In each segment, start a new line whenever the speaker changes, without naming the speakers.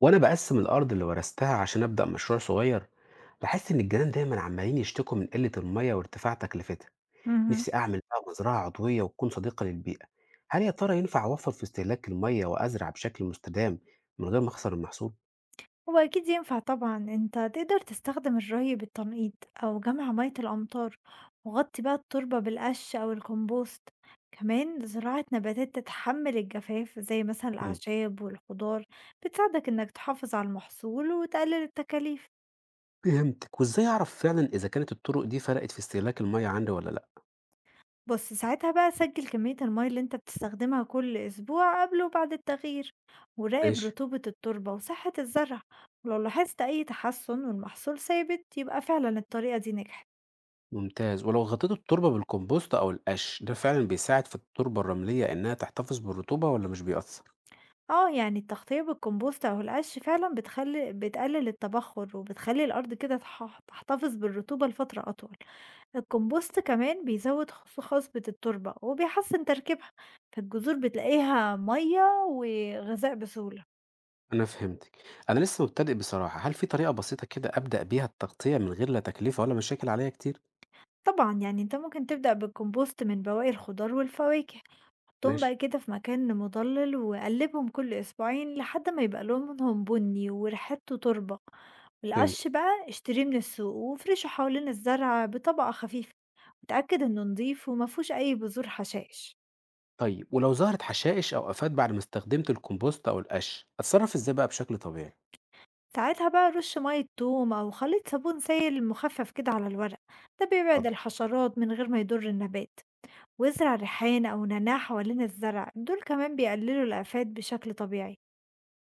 وانا بقسم الارض اللي ورثتها عشان ابدا مشروع صغير. بحس ان الجيران دايما عمالين يشتكوا من قله الميه وارتفاع تكلفتها.
اهم.
نفسي اعمل بقى مزرعه عضويه وتكون صديقه للبيئه. هل يا ترى ينفع اوفر في استهلاك الميه وازرع بشكل مستدام من غير ما اخسر المحصول؟
هو أكيد ينفع طبعًا، أنت تقدر تستخدم الري بالتنقيط أو جمع مَيّة الأمطار، وغطّي بقى التربة بالقش أو الكومبوست، كمان زراعة نباتات تتحمل الجفاف زي مثلًا
مم.
الأعشاب والخضار بتساعدك إنك تحافظ على المحصول وتقلل التكاليف،
فهمتك، وازاي اعرف فعلا اذا كانت الطرق دي فرقت في استهلاك الميه عندي ولا لا؟
بُص ساعتها بقى سجّل كمية المَيّة اللي أنت بتستخدمها كل أسبوع قبل وبعد التغيير، وراقب
ماشي.
رطوبة التربة وصحة الزرع، ولو لاحظت أي تحسن والمحصول ثابت يبقى فعلًا الطريقة دي نجحت.
ممتاز، ولو غطيت التربه بالكمبوست او القش ده فعلا بيساعد في التربه الرمليه انها تحتفظ بالرطوبه ولا مش بيأثر؟
آه، يعني التغطية بالكمبوست أو القش فعلًا بتقلل التبخّر، وبتخلّي الأرض كده تحتفظ بالرطوبة لفترة أطول، الكمبوست كمان بيزوّد خصبة التربة وبيحسّن تركيبها، فالجذور بتلاقيها مَيّة وغذاء بسهولة.
أنا فهمتِك. أنا لسه مبتدئ بصراحة، هل في طريقة بسيطة كده أبدأ بيها التغطية من غير لا تكلفة ولا مشاكل عليّا كتير؟
طبعًا يعني أنت ممكن تبدأ بالكمبوست من بواقي الخضار والفواكه. حطهم
ماشي،
بقى كده في مكان مضلل وقلبهم كل أسبوعين لحد ما يبقى لونهم بني وريحته تربة. القش
فهمتِك.
بقى اشتريه من السوق وافرشه حوالين الزرع بطبقة خفيفة. اتأكد انه نضيف ومفهوش أي بذور حشائش.
طيب ولو ظهرت حشائش أو آفات بعد ما استخدمت الكومبوست أو القش، أتصرف إزاي بقى بشكل طبيعي؟
ساعتها بقى رش مية توم أو خليط صابون سائل مخفف كده على الورق، ده بيبعد
حاضر،
الحشرات من غير ما يضر النبات. وازرع ريحان أو نعناع حوالين الزرع دول كمان بيقللوا الآفات بشكل طبيعي.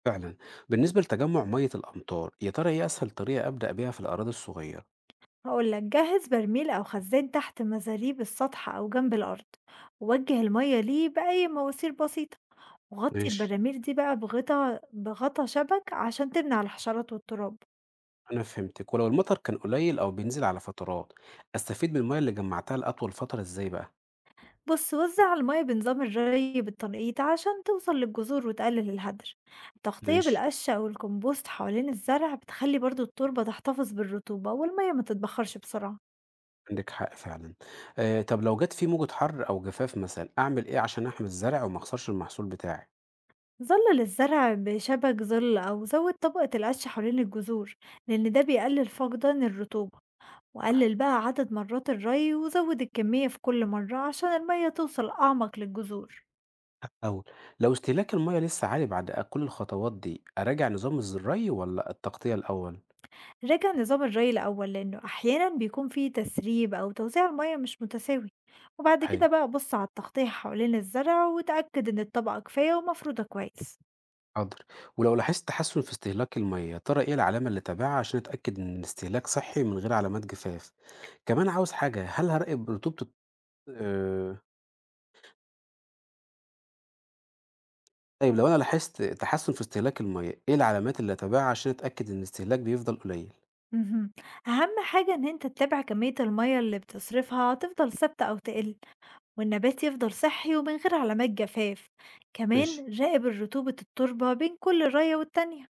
فعلًا. بالنسبة لتجمُّع مَيّة الأمطار، يا ترى إيه أسهل طريقة أبدأ بيها في الأراضي الصغيرة؟
هقول لك جهز برميل أو خزان تحت مزاريب السطح أو جنب الأرض، ووجه المية ليه بأي مواسير بسيطة، وغطي
ماشي،
البراميل دي بقى بغطا شبك عشان تمنع الحشرات والتراب.
أنا فهمتِك. ولو المطر كان قليل أو بينزل على فترات، أستفيد من المَيّة اللي جمّعتها لأطول فترة إزاي بقى؟
بص وزع المية بنظام الري بالتنقيط عشان توصل للجذور وتقلل الهدر. التغطية
ماشي.
بالقش أو الكمبوست حوالين الزرع بتخلي برضو التربة تحتفظ بالرطوبة والمية ما تتبخرش بسرعة.
عندِك حق فعلًا. طب لو جات في موجة حَر أو جفاف مثلًا، أعمل إيه عشان أحمي الزرع وما أخسرش المحصول بتاعي؟
ظلل الزرع بشبك ظل أو زود طبقة القش حوالين الجذور، لأن ده بيقلل فقدان الرطوبة، وقلل بقى عدد مرات الري وزود الكمية في كل مرة عشان المية توصل أعمق للجذور.
أو لو استهلاك المَيّة لسه عالي بعد كل الخطوات دي، أراجع نظام الري والّا التغطية الأول؟
راجع نظام الري الأول لأنه أحيانا بيكون فيه تسريب أو توزيع المية مش متساوي، وبعد كده
صحيح،
بقى بص على التغطية حوالين الزرع وتأكد إن الطبقة كفاية ومفروضة كويس.
حاضر. ولو لاحظت تحسُّن في استهلاك المَيّة، يا ترى إيه العلامة اللي أتابعها عشان أتأكد إن الاستهلاك صحّي من غير علامات جفاف؟ كمان عاوز حاجة، هل هاراقب رطوبة الت آآ طيب لو أنا لاحظت تحسُّن في استهلاك المَيّة، إيه العلامات اللي أتابعها عشان أتأكد إن الاستهلاك بيفضل قليل؟
مهم. أهم حاجة إن أنت تتابع كمية المية اللي بتصرفها تفضل ثابتة أو تقل، والنبات يفضل صحي ومن غير علامات جفاف،
ماشي.
كمان راقب رطوبة التربة بين كل راية والتانية.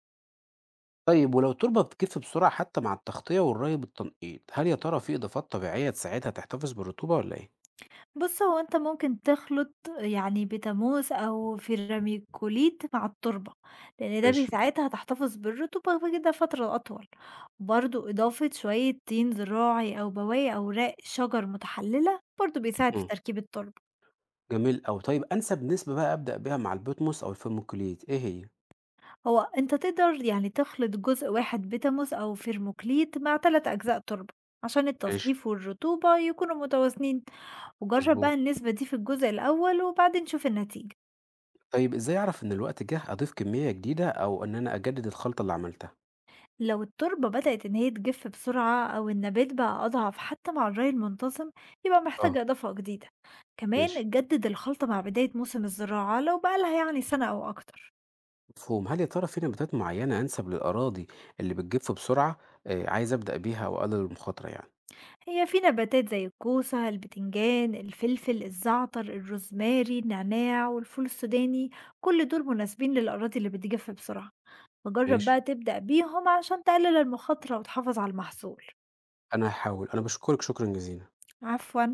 طيب ولو التربة بتجف بسرعة حتى مع التغطية والري بالتنقيط هل يا ترى في إضافات طبيعية تساعدها تحتفظ بالرطوبة ولا إيه؟
بص هو انت ممكن تخلط يعني بتاموس او فيراميكوليت مع التربة، لان ده
ماشي.
بيساعدها تحتفظ بالرطوبة كده فترة اطول، وبرضو اضافة شوية طين زراعي او بواقي اوراق شجر متحللة برضو بيساعد في
مم.
تركيب التربة.
جميل أوي، طيب أنسب نسبة بقى أبدأ بيها مع البوتموس أو الفيرموكوليت إيه هي؟
هو أنت تقدر يعني تخلط جزء 1 بتاموس أو فيرموكليت مع 3 أجزاء تربة عشان
ماشي.
التصنيف والرطوبة يكونوا متوازنين، وجرب بقى
مظبوط.
النسبة دي في الجزء الأول وبعدين شوف النتيجة.
طيب إزاي أعرف إن الوقت جه أضيف كمية جديدة أو إن أنا أجدد الخلطة اللي عملتها؟
لو التربة بدأت إن هي تجف بسرعة أو النبات بقى أضعف حتى مع الري المنتظم، يبقى محتاجة
اه.
إضافة جديدة.
ماشي.
كمان جدد الخلطة مع بداية موسم الزراعة لو بقالها يعني سنة أو أكتر.
مفهوم. هل يا ترى في نباتات معينة أنسب للأراضي اللي بتجف بسرعة، آه، عايز أبدأ بيها وأقلل المخاطرة يعني؟
هي في نباتات زي الكوسة البتنجان الفلفل الزعتر الروزماري النعناع والفول السوداني، كل دول مناسبين للأراضي اللي بتجف بسرعة، فجرب
ماشي.
بقى تبدأ بيهم عشان تقلل المخاطرة وتحافظ على المحصول.
أنا هحاول. أنا بشكرك شكرا جزيلا.
عفوا.